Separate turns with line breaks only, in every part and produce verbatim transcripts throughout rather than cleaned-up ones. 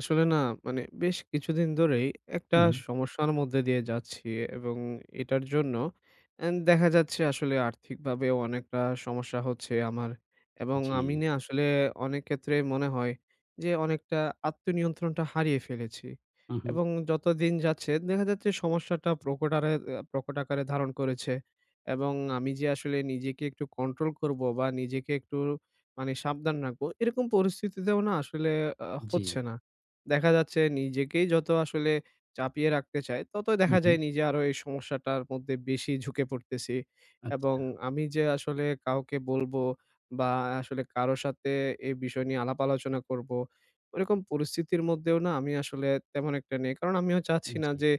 আসলে না, মানে বেশ কিছুদিন ধরেই একটা
হুম,
সমস্যার মধ্যে দিয়ে যাচ্ছি এবং এটার জন্য এন দেখা যাচ্ছে আসলে আর্থিকভাবে অনেকটা সমস্যা হচ্ছে আমার। এবং
জি।
আমি না আসলে অনেক ক্ষেত্রে মনে হয় যে অনেকটা আত্মনিয়ন্ত্রণটা হারিয়ে ফেলেছি।
উহু,
এবং যত দিন যাচ্ছে দেখা যাচ্ছে সমস্যাটা প্রকট আরে প্রকট আকারে ধারণ করেছে। এবং আমি যে আসলে নিজেকে একটু কন্ট্রোল করব বা নিজেকে একটু মানে সাবধান রাখবো, এরকম পরিস্থিতিতেও না আসলে আহ,
জি।
হচ্ছে না। দেখা যাচ্ছে নিজেকেই যত আসলে চাপিয়ে রাখতে চাই, তত দেখা
উহু,
যায় নিজে আরো এই সমস্যাটার মধ্যে বেশি ঝুঁকে পড়তেছি। এবং
আচ্ছা।
আমি যে আসলে কাউকে বলবো বা আসলে কারো সাথে এই বিষয় নিয়ে আলাপ আলোচনা করবো, ওরকম পরিস্থিতির মধ্যেও না আমি আসলে তেমন একটা নেই। কারণ আমিও চাচ্ছি না
জি।
যে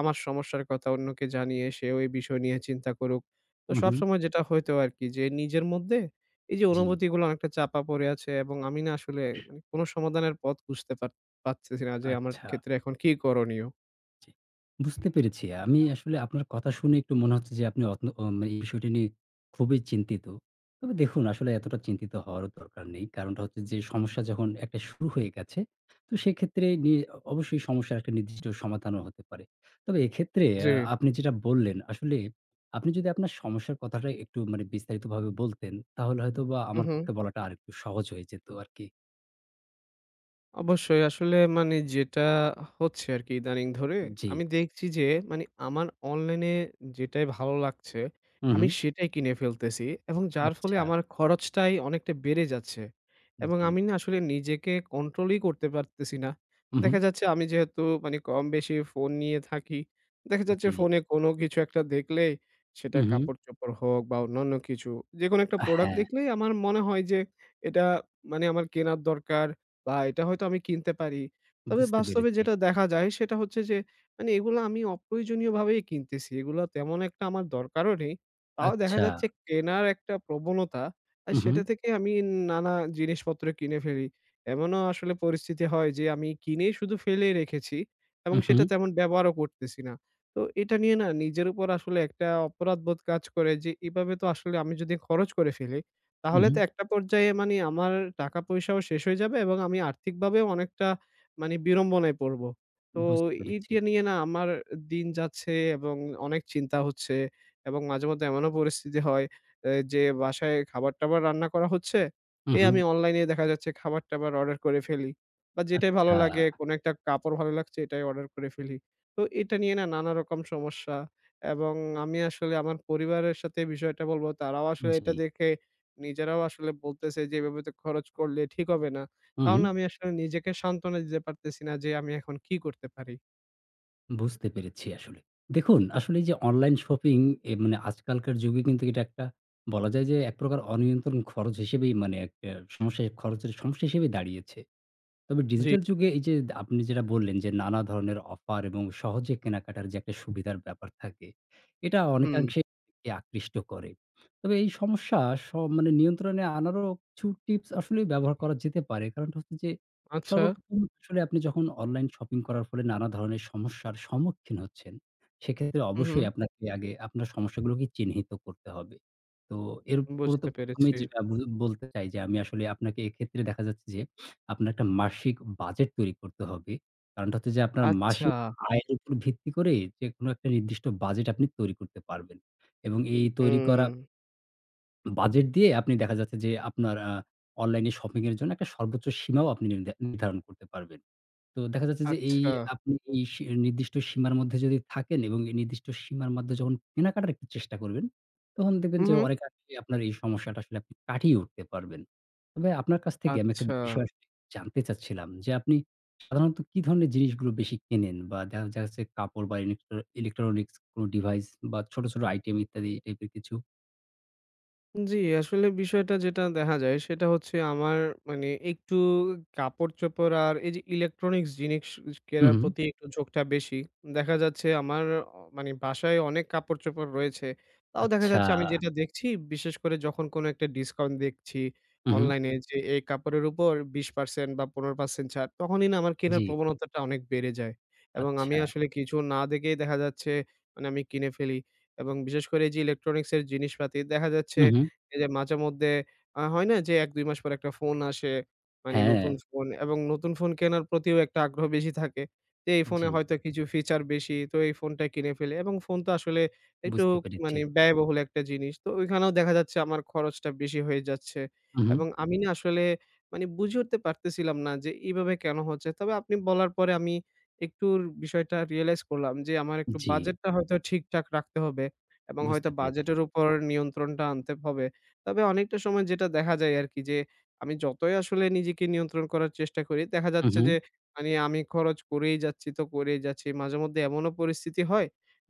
আমার সমস্যার কথা অন্যকে জানিয়ে সেও এই বিষয় নিয়ে চিন্তা করুক। তো
উহু,
সবসময় যেটা হইতো আরকি, যে নিজের মধ্যে এই যে
জি।
অনুভূতিগুলো অনেকটা চাপা পড়ে আছে, এবং আমি না আসলে মানে কোনো সমাধানের পথ খুঁজতে পারছি না। পারতেছি না যে আমার
আচ্ছা।
ক্ষেত্রে এখন কি করণীয়?
জি। বুঝতে পেরেছি। আমি আসলে আপনার কথা শুনে একটু মনে হচ্ছে যে আপনি অত অ মানে এই বিষয়টি নিয়ে খুবই চিন্তিত। তবে দেখুন আসলে এতটা চিন্তিত হওয়ারও দরকার নেই। কারণটা হচ্ছে যে সমস্যা যখন একটা শুরু হয়ে গেছে, তো সেক্ষেত্রে নি অবশ্যই সমস্যার একটা নির্দিষ্ট সমাধানও হতে পারে। তবে এক্ষেত্রে
জি।
আ আপনি যেটা বললেন আসলে আপনি যদি আপনার সমস্যার কথাটা একটু মানে বিস্তারিতভাবে বলতেন, তাহলে হয়তোবা
হু,
আমার
হু।
পক্ষে বলাটা আরেকটু সহজ হয়ে যেত আরকি।
অবশ্যই। আসলে মানে যেটা হচ্ছে আরকি ইদানিং ধরে,
জি।
আমি দেখছি যে মানে আমার অনলাইনে যেটাই ভালো লাগছে,
হু,
আমি
হু।
সেটাই কিনে ফেলতেছি এবং যার ফলে
আচ্ছা।
আমার খরচটাই অনেকটা বেড়ে যাচ্ছে। এবং
জি।
আমি না আসলে নিজেকে কন্ট্রোলই করতে পারতেছি না।
হু, হু।
দেখা যাচ্ছে আমি যেহেতু মানে কম বেশি ফোন নিয়ে থাকি, দেখা যাচ্ছে
জি।
ফোনে কোনো কিছু একটা দেখলেই, সেটা
হু, হু।
কাপড়-চোপড় হোক বা অন্যান্য কিছু, যেকোনো একটা প্রোডাক্ট
হ্যাঁ।
দেখলেই আমার মনে হয় যে এটা মানে আমার কেনার দরকার। বা এটা হয়তো আমি কিনতে পারি। তবে
বুঝতে
বাস্তবে
পেরেছি।
যেটা দেখা যায় সেটা হচ্ছে যে মানে এগুলো আমি অপ্রয়োজনীয়ভাবেই কিনতেছি। এগুলো তেমন একটা আমার দরকারও নেই। তাও দেখা
আচ্ছা।
যাচ্ছে কেনার একটা প্রবণতা, আর
হু, হু,
সেটা থেকে আমি নানা জিনিসপত্র কিনে ফেলি। এমনও আসলে পরিস্থিতি হয় যে আমি কিনে শুধু ফেলে রেখেছি
হু,
এবং
হু,
সেটা তেমন ব্যবহারও করতেছি না। তো এটা নিয়ে না নিজের উপর আসলে একটা অপরাধবোধ কাজ করে যে, এভাবে তো আসলে আমি যদি খরচ করে ফেলি,
হু,
তাহলে
হু।
তো একটা পর্যায়ে মানে আমার টাকা-পয়সাও শেষ হয়ে যাবে এবং আমি আর্থিকভাবেও অনেকটা মানে বিড়ম্বনায় পড়বো। তো
বুঝতে পেরেছি।
এটা নিয়ে না আমার দিন যাচ্ছে এবং অনেক চিন্তা হচ্ছে, এবং মাঝে মধ্যে এমনও পরিস্থিতি হয় এ যে বাসায় খাবার-টাবার রান্না করা হচ্ছে,
হু,
এই
হু।
আমি অনলাইনে দেখা যাচ্ছে খাবার-টাবার অর্ডার করে ফেলি। বা যেটাই ভালো
আচ্ছা।
লাগে, কোনো একটা কাপড় ভালো লাগছে এটাই অর্ডার করে ফেলি। তো এটা নিয়ে না নানা রকম সমস্যা, এবং আমি আসলে আমার পরিবারের সাথে বিষয়টা বলবো। তারাও আসলে এটা
জি।
দেখে নিজেরাও আসলে বলতেছে যে, "এভাবে তো খরচ করলে ঠিক হবে না।"
হু,
তাও
হু।
না আমি আসলে নিজেকে সান্ত্বনা দিতে পারতেছি না যে, আমি এখন কি করতে পারি?
বুঝতে পেরেছি আসলে। দেখুন আসলে এই যে অনলাইন শপিং এ মানে আজকালকার যুগে কিন্তু এটা একটা বলা যায় যে এক প্রকার অনিয়ন্ত্রণ খরচ হিসেবেই মানে একটা সমস্যা খরচের সমস্যা হিসেবেই দাঁড়িয়েছে। তবে
জি।
ডিজিটাল যুগে এই যে আপনি যেটা বললেন যে নানা ধরনের অফার এবং সহজে কেনাকাটার যে একটা সুবিধার ব্যাপার থাকে, এটা
হুম।
অনেকাংশে আকৃষ্ট করে। তবে এই সমস্যা স মানে নিয়ন্ত্রণে আনারও কিছু টিপস আসলেই ব্যবহার করা যেতে পারে। কারণটা হচ্ছে যে
আচ্ছা।
সর্বপ্রথম আসলে আপনি যখন অনলাইন শপিং করার ফলে নানা ধরনের সমস্যার সম্মুখীন হচ্ছেন, সেক্ষেত্রে
হু, হুম।
অবশ্যই আপনাকে আগে আপনার সমস্যাগুলোকে চিহ্নিত করতে হবে। তো এর উপর তো
বুঝতে
প্রথম এই
পেরেছি।
যেটা বল বলতে চাই যে আমি আসলে আপনাকে এক্ষেত্রে দেখা যাচ্ছে যে আপনার একটা মাসিক বাজেট তৈরি করতে হবে। কারণটা হচ্ছে যে আপনার
আচ্ছা।
মাসিক আয়ের উপর ভিত্তি করে যেকোনো একটা নির্দিষ্ট বাজেট আপনি তৈরি করতে পারবেন। এবং এই তৈরি
হুম।
করা বাজেট দিয়ে আপনি দেখা যাচ্ছে যে আপনার আ অনলাইনে শপিং এর জন্য একটা সর্বোচ্চ সীমাও আপনি নির্ধা নির্ধারণ করতে পারবেন। তো দেখা যাচ্ছে যে এই
আচ্ছা।
আপনি এই সি নির্দিষ্ট সীমার মধ্যে যদি থাকেন এবং এই নির্দিষ্ট সীমার মধ্যে যখন কেনাকাটার একটু চেষ্টা করবেন, তখন
হু,
দেখবেন যে
হু।
অনেকাংশেই আপনার এই সমস্যাটা আসলে আপনি কাটিয়ে উঠতে পারবেন। তবে আপনার কাছ থেকে আমি একটা
আচ্ছা।
বিষয় আসলে জানতে চাচ্ছিলাম যে আপনি সাধারণত কি ধরনের জিনিসগুলো বেশি কেনেন? বা দেখা যাচ্ছে কাপড় বা ইলেকট্র ইলেকট্রনিক্স কোনো ডিভাইস বা ছোট, ছোট আইটেম ইত্যাদি এই টাইপের কিছু?
জি, আসলে বিষয়টা যেটা দেখা যায় সেটা হচ্ছে আমার মানে একটু কাপড়-চোপড় আর এই যে ইলেকট্রনিক্স জিনিস
হু,
কেনার
হু।
প্রতি একটু ঝোঁকটা বেশি। দেখা যাচ্ছে আমার অ মানে বাসায় অনেক কাপড়-চোপড় রয়েছে। তাও দেখা
আচ্ছা।
যাচ্ছে আমি যেটা দেখছি, বিশেষ করে যখন কোনো একটা ডিসকাউন্ট দেখছি
হু, হু।
অনলাইনে, যে এই কাপড়ের উপর বিশ পার্সেন্ট বা পনেরো পার্সেন্ট ছাড়, তখনই না আমার কেনার
জি।
প্রবণতাটা অনেক বেড়ে যায়। এবং আমি
আচ্ছা।
আসলে কিছু না দেখেই দেখা যাচ্ছে মানে আমি কিনে ফেলি। এবং বিশেষ করে এই যে ইলেকট্রনিক্স এর জিনিসপাতি দেখা যাচ্ছে,
হু, হু।
এই যে মাঝেমধ্যে আ হয় না যে এক দুই মাস পর একটা ফোন আসে, মানে
হ্যাঁ,
নতুন ফোন, এবং নতুন ফোন কেনার প্রতিও একটা আগ্রহ বেশি থাকে। যে এই ফোনে
জি।
হয়তো কিছু ফিচার বেশি, তো এই ফোনটা কিনে ফেলি। এবং ফোন তো আসলে একটু
বুঝতে পেরেছি।
মানে ব্যয়বহুল একটা জিনিস। তো ওইখানেও দেখা যাচ্ছে আমার খরচটা বেশি হয়ে যাচ্ছে,
হু, হু।
এবং আমি না আসলে মানে বুঝে উঠতে পারতেছিলাম না যে এভাবে কেন হচ্ছে। তবে আপনি বলার পরে আমি একটুর বিষয়টা রিয়ালাইজ করলাম যে আমার একটু
জি,
বাজেটটা হয়তো ঠিকঠাক রাখতে হবে এবং হয়তো
বুঝতে পেরেছি।
বাজেটের উপর নিয়ন্ত্রণটা আনতে হবে। তবে অনেকটা সময় যেটা দেখা যায় আরকি যে, আমি যতই আসলে নিজেকে নিয়ন্ত্রণ করার চেষ্টা করি, দেখা
হু,
যাচ্ছে
হু।
যে মানে আমি খরচ করেই যাচ্ছি তো করেই যাচ্ছি। মাঝেমধ্যে এমনও পরিস্থিতি হয়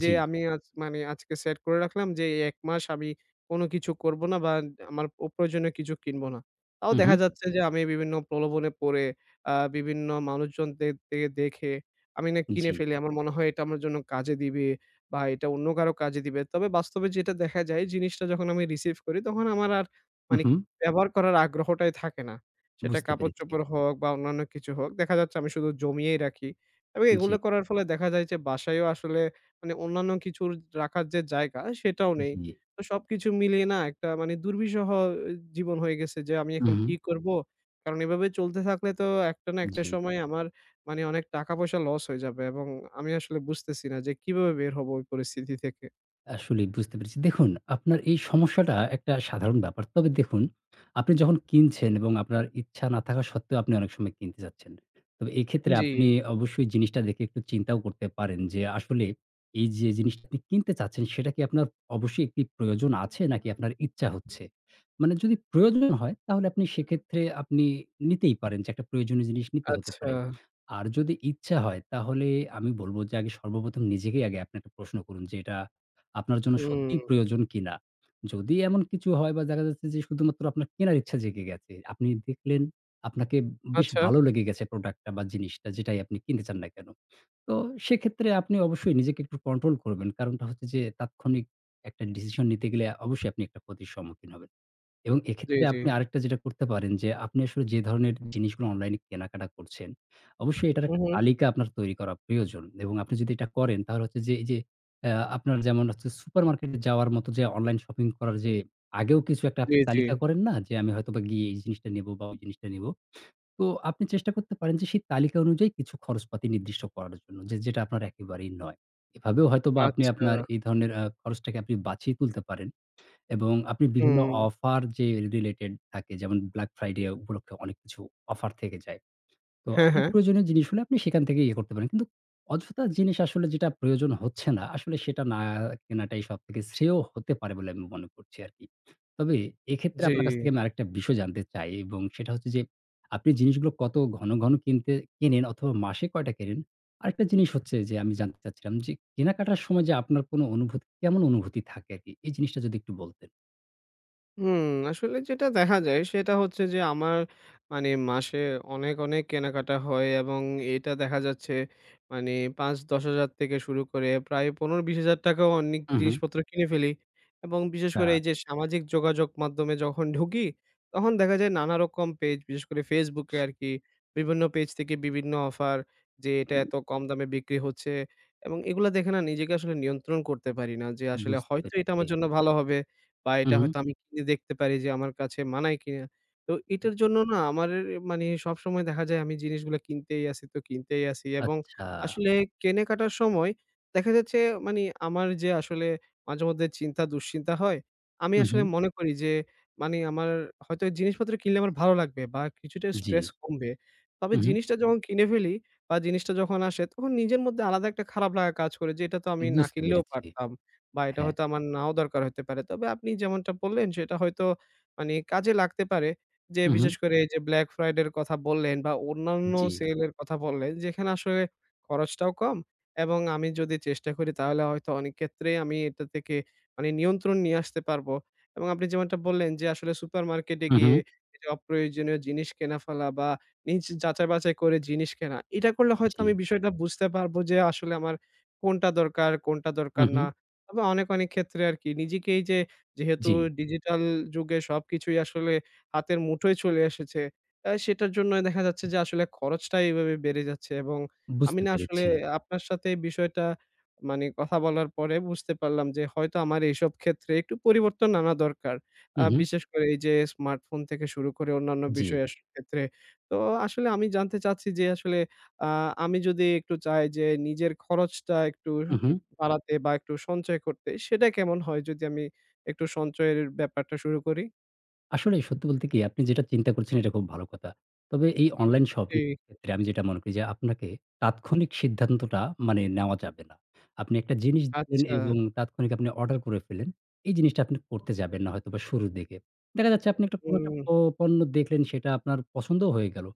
যে,
জি।
আমি আজ মানে আজকে সেট করে রাখলাম যে, এই এক মাস আমি কোনো কিছু করব না বা আমার অপ্রয়োজনীয় কিছু কিনব না। তাও
হু, হু।
দেখা যাচ্ছে যে আমি বিভিন্ন প্রলোভনে পড়ে আ বিভিন্ন মানুষজনদের থেকে দেখে আমি না কিনে
জি।
ফেলি। আমার মনে হয় এটা আমার জন্য কাজে দিবে। বা এটা অন্য কারো কাজে দিবে। তবে বাস্তবে যেটা দেখা যায়, জিনিসটা যখন আমি রিসিভ করি তখন আমার আর
হু,
মানে
হু।
ব্যবহার করার আগ্রহটাই থাকে না। সেটা
বুঝতে পেরেছি।
কাপড়-চোপড় হোক বা অন্যান্য কিছু হোক, দেখা যাচ্ছে আমি শুধু জমিয়েই রাখি। এবং
জি,
এগুলো করার ফলে দেখা যায় যে বাসায়ও আসলে মানে অন্যান্য কিছুর রাখার যে জায়গা সেটাও নেই।
জি।
তো সবকিছু মিলিয়ে না একটা মানে দুর্বিষহ জীবন হয়ে গেছে যে আমি
হু,
এখন
হু।
কি করব? কারণ এভাবে চলতে থাকলে তো একটা না একটা
জি।
সময় আমার মানে অনেক টাকা-পয়সা লস হয়ে যাবে, এবং আমি আসলে বুঝতেছি না যে কিভাবে বের হব ওই পরিস্থিতি থেকে।
আসলেই বুঝতে পেরেছি। দেখুন, আপনার এই সমস্যাটা একটা সাধারণ ব্যাপার। তবে দেখুন, আপনি যখন কিনছেন এবং আপনার ইচ্ছা না থাকা সত্ত্বেও আপনি অনেক সময় কিনতে যাচ্ছেন। তবে এক্ষেত্রে
জি,
আপনি অবশ্যই জিনিসটা দেখে একটু চিন্তাও করতে পারেন যে, আসলে এই যে জিনিসটা আপনি কিনতে চাচ্ছেন, সেটা কি আপনার অবশ্যই একটি প্রয়োজন আছে নাকি আপনার ইচ্ছা হচ্ছে? মানে যদি প্রয়োজন হয়, তাহলে আপনি সেক্ষেত্রে আপনি নিতেই পারেন যে একটা প্রয়োজনীয় জিনিস নিতে হতে পারে।
আচ্ছা।
আর যদি ইচ্ছা হয়, তাহলে আমি বলব যে আগে সর্বপ্রথম নিজেকেই আগে আপনি একটা প্রশ্ন করুন যে, "এটা আপনার জন্য
হুম,
সত্যিই প্রয়োজন কিনা?" যদি এমন কিছু হয় বা দেখা যাচ্ছে যে শুধুমাত্র আপনার কেনার ইচ্ছা জেগে গেছে, আপনি দেখলেন আপনাকে বেশ
আচ্ছা।
ভালো লেগে গেছে প্রোডাক্টটা বা জিনিসটা যেটাই আপনি কিনতে চান না কেন। তো সেক্ষেত্রে আপনি অবশ্যই নিজেকে একটু কন্ট্রোল করবেন। কারণটা হচ্ছে যে তাৎক্ষণিক একটা ডিসিশন নিতে গেলে অবশ্যই আপনি একটা ক্ষতির সম্মুখীন হবেন। এবং
জি,
এক্ষেত্রে
জি।
আপনি আরেকটা যেটা করতে পারেন যে, আপনি আসলে যে ধরনের জিনিসগুলো অনলাইনে কেনাকাটা করছেন, অবশ্যই এটার
হু,
একটা
হু।
তালিকা আপনার তৈরি করা প্রয়োজন। এবং আপনি যদি এটা করেন তাহলে হচ্ছে যে এই যে অ্যা আপনার যেমন হচ্ছে সুপারমার্কেটে যাওয়ার মতো যে অনলাইন শপিং করার যে আগেও কিছু একটা
জি,
আপনি
জি।
তালিকা করেন না? যে আমি হয়তোবা গিয়ে এই জিনিসটা নেবো বা ওই জিনিসটা নেবো। তো আপনি চেষ্টা করতে পারেন যে সেই তালিকা অনুযায়ী কিছু খরচপাতি নির্দিষ্ট করার জন্য। যে যেটা আপনার একেবারেই নয়। এভাবেও হয়তোবা আপনি
আচ্ছা।
আপনার এই ধরনের আ খরচটাকে আপনি বাঁচিয়ে তুলতে পারেন। এবং আপনি বিভিন্ন
হুম।
অফার যে রিলেটেড থাকে যেমন ব্ল্যাক ফ্রাইডে উপলক্ষে অনেক কিছু অফার থেকে যায়। তো
হ্যাঁ,
আপনার
হ্যাঁ।
প্রয়োজনীয় জিনিস হলে আপনি সেখান থেকে ইয়ে করতে পারেন। কিন্তু অযথা জিনিস আসলে যেটা প্রয়োজন হচ্ছে না, আসলে সেটা না কেনাটাই সবথেকে শ্রেয় হতে পারে বলে আমি মনে করছি আরকি। তবে এক্ষেত্রে
জি।
আপনার কাছ থেকে আমি আরেকটা বিষয় জানতে চাই এবং সেটা হচ্ছে যে আপনি জিনিসগুলো কত ঘন, ঘন কিনতে কেনেন অথবা মাসে কয়টা কেনেন? আরেকটা জিনিস হচ্ছে যে আমি জানতে চাচ্ছিলাম যে কেনাকাটার সময় যে আপনার কোনো অনুভূতি কেমন অনুভূতি থাকে আরকি? এই জিনিসটা যদি একটু বলতেন।
হুম, আসলে যেটা দেখা যায় সেটা হচ্ছে যে আমার মানে মাসে অনেক, অনেক কেনাকাটা হয় এবং এটা দেখা যাচ্ছে মানে পাঁচ দশ হাজার থেকে শুরু করে প্রায় পনেরো বিশ হাজার অনেক
হু, হু।
জিনিসপত্র কিনে ফেলি। এবং বিশেষ
আচ্ছা।
করে এই যে সামাজিক যোগাযোগ মাধ্যমে যখন ঢুকি, তখন দেখা যায় নানা রকম পেজ, বিশেষ করে Facebook এ আরকি, বিভিন্ন পেজ থেকে বিভিন্ন অফার যে এটা
উম
এত কম দামে বিক্রি হচ্ছে, এবং এগুলা দেখে না নিজেকে আসলে নিয়ন্ত্রণ করতে পারি না যে আসলে
বুঝতে
হয়তো এটা
পেরেছি।
আমার জন্য ভালো হবে। বা
হু,
এটা
হু।
হয়তো আমি কিনে দেখতে পারি যে আমার কাছে মানায় কিনা। তো এটার জন্য না আমার মানে সবসময় দেখা যায় আমি জিনিসগুলা কিনতেই আছি তো কিনতেই আছি, এবং
আচ্ছা।
আসলে কেনাকাটার সময় দেখা যাচ্ছে মানে আমার যে আসলে মাঝেমধ্যে চিন্তা দুশ্চিন্তা হয়, আমি
হু, হু।
আসলে মনে করি যে মানে আমার হয়তো জিনিসপত্র কিনলে আমার ভালো লাগবে বা কিছুটা
জি।
স্ট্রেস কমবে। তবে
হু, হু।
জিনিসটা যখন কিনে ফেলি বা জিনিসটা যখন আসে, তখন নিজের মধ্যে আলাদা একটা খারাপ লাগা কাজ করে যে এটা তো আমি না
বুঝতে
কিনলেও
পেরেছি।
পারতাম। বা এটা
হ্যাঁ।
হয়তো আমার নাও দরকার হতে পারে। তবে আপনি যেমনটা বললেন সেটা হয়তো মানে কাজে লাগতে পারে। যে
হু, হু।
বিশেষ করে এই যে Black Friday এর কথা বললেন বা অন্যান্য
জি।
সেল এর কথা বললেন, যেখানে আসলে খরচটাও কম, এবং আমি যদি চেষ্টা করি তাহলে হয়তো অনেক ক্ষেত্রেই আমি এটা থেকে মানে নিয়ন্ত্রণ নিয়ে আসতে পারবো। এবং আপনি যেমনটা বললেন যে আসলে সুপারমার্কেটে
হু, হু।
গিয়ে এই যে অপ্রয়োজনীয় জিনিস কেনা ফেলা বা নিজ যাচাই-বাছাই করে জিনিস কেনা। এটা করলে হয়তো
জি।
আমি বিষয়টা বুঝতে পারবো যে আসলে আমার কোনটা দরকার, কোনটা
হু,
দরকার
হু।
না। তবে অনেক, অনেক ক্ষেত্রে আরকি নিজেকে এই যে যেহেতু
জি।
ডিজিটাল যুগে সবকিছুই আসলে হাতের মুঠোয় চলে এসেছে, আ সেটার জন্যই দেখা যাচ্ছে যে আসলে খরচটা এভাবে বেড়ে যাচ্ছে, এবং আমি
বুঝতে
না আসলে
পেরেছি।
আপনার সাথে এই বিষয়টা মানে কথা বলার পরে বুঝতে পারলাম যে হয়তো আমার এইসব ক্ষেত্রে একটু পরিবর্তন আনা দরকার।
হু,
আ
হু।
বিশেষ করে এই যে স্মার্টফোন থেকে শুরু করে অন্যান্য
জি।
বিষয়ের ক্ষেত্রে। তো আসলে আমি জানতে চাচ্ছি যে আসলে আ আমি যদি একটু চাই যে নিজের খরচটা একটু
হু, হু।
বাড়াতে বা একটু সঞ্চয় করতে, সেটা কেমন হয় যদি আমি একটু সঞ্চয়ের ব্যাপারটা শুরু করি?
আসলেই সত্যি বলতে কি আপনি যেটা চিন্তা করছেন এটা খুব ভালো কথা। তবে এই অনলাইন
জি,
শপিং ক্ষেত্রে আমি যেটা মনে করি যে আপনাকে তাৎক্ষণিক সিদ্ধান্তটা মানে নেওয়া যাবে না। আপনি একটা জিনিস দিলেন
আচ্ছা।
এবং তাৎক্ষণিক আপনি অর্ডার করে ফেলেন। এই জিনিসটা আপনি করতে যাবেন না হয়তোবা শুরুর দিকে। দেখা যাচ্ছে আপনি একটা কোনো
হুম,
একটা প পণ্য দেখলেন সেটা আপনার পছন্দও হয়ে গেল।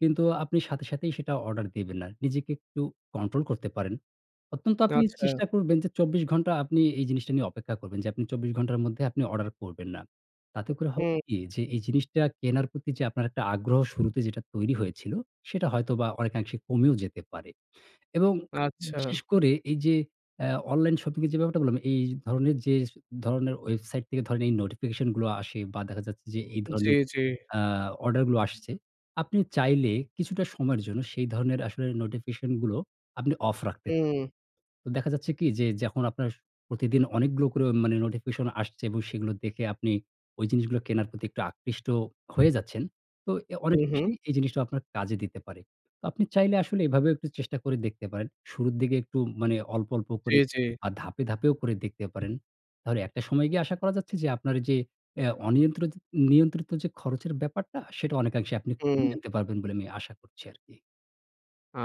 কিন্তু আপনি সাথে, সাথেই সেটা অর্ডার দিবেন না। নিজেকে একটু কন্ট্রোল করতে পারেন। অত্যন্ত আপনি
আচ্ছা।
চেষ্টা করবেন যে চব্বিশ ঘন্টা আপনি এই জিনিসটা নিয়ে অপেক্ষা করবেন যে আপনি চব্বিশ ঘন্টার মধ্যে আপনি অর্ডার করবেন না। তাতে করে হবে
হুম,
কি যে এই জিনিসটা কেনার প্রতি যে আপনার একটা আগ্রহ শুরুতে যেটা তৈরি হয়েছিল সেটা হয়তোবা অনেকাংশে কমেও যেতে পারে। এবং
আচ্ছা।
বিশেষ করে এই যে অ্যা অনলাইন শপিং এর যে ব্যাপারটা বললাম এই ধরনের যে ধরনের ওয়েবসাইট থেকে ধরেন এই নোটিফিকেশন গুলো আসে বা দেখা যাচ্ছে যে এই
জি,
ধরনের
জি।
আ অর্ডার গুলো আসছে। আপনি চাইলে কিছুটা সময়ের জন্য সেই ধরনের আসলে নোটিফিকেশন গুলো আপনি অফ রাখতে পারেন।
হুম,
তো দেখা যাচ্ছে কি যে যখন আপনার প্রতিদিন অনেকগুলো করে মানে নোটিফিকেশন আসছে এবং সেগুলো দেখে আপনি ওই জিনিসগুলো কেনার প্রতি একটু আকৃষ্ট হয়ে যাচ্ছেন। তো এ
হু, হু।
অনেকাংশেই এই জিনিসটা আপনার কাজে দিতে পারে। তো আপনি চাইলে আসলে এভাবেও একটু চেষ্টা করে দেখতে পারেন। শুরুর দিকে একটু মানে অল্প, অল্প
জি,
করে
জি।
আর ধাপে, ধাপেও করে দেখতে পারেন। তাহলে একটা সময় গিয়ে আশা করা যাচ্ছে যে আপনার যে অ্যা অনিয়ন্ত্রিত নিয়ন্ত্রিত যে খরচের ব্যাপারটা সেটা অনেকাংশে আপনি
হুম।
কমিয়ে আনতে পারবেন বলে আমি আশা করছি আরকি।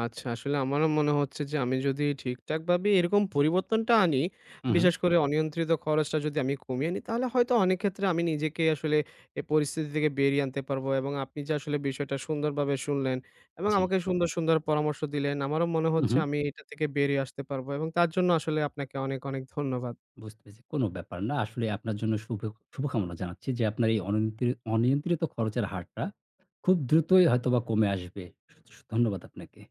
আচ্ছা, আসলে আমারও মনে হচ্ছে যে আমি যদি ঠিকঠাকভাবে এরকম পরিবর্তনটা আনি,
হু, হু।
বিশেষ করে অনিয়ন্ত্রিত খরচটা যদি আমি কমিয়ে আনি, তাহলে হয়তো অনেক ক্ষেত্রে আমি নিজেকে আসলে এই পরিস্থিতি থেকে বেরিয়ে আনতে পারবো, এবং আপনি যে আসলে বিষয়টা সুন্দরভাবে শুনলেন এবং
জি।
আমাকে সুন্দর, সুন্দর পরামর্শ দিলেন, আমারও মনে
হু,
হচ্ছে
হু।
আমি এটা থেকে বেরিয়ে আসতে পারবো, এবং তার জন্য আসলে আপনাকে অনেক, অনেক ধন্যবাদ।
বুঝতে পেরেছি। কোনো ব্যাপার না। আসলে আপনার জন্য শুভ শুভকামনা জানাচ্ছি যে আপনার এই অনিয়ন্ত্রি অনিয়ন্ত্রিত খরচের হারটা খুব দ্রুতই হয়তোবা কমে আসবে। ধন্যবাদ আপনাকে।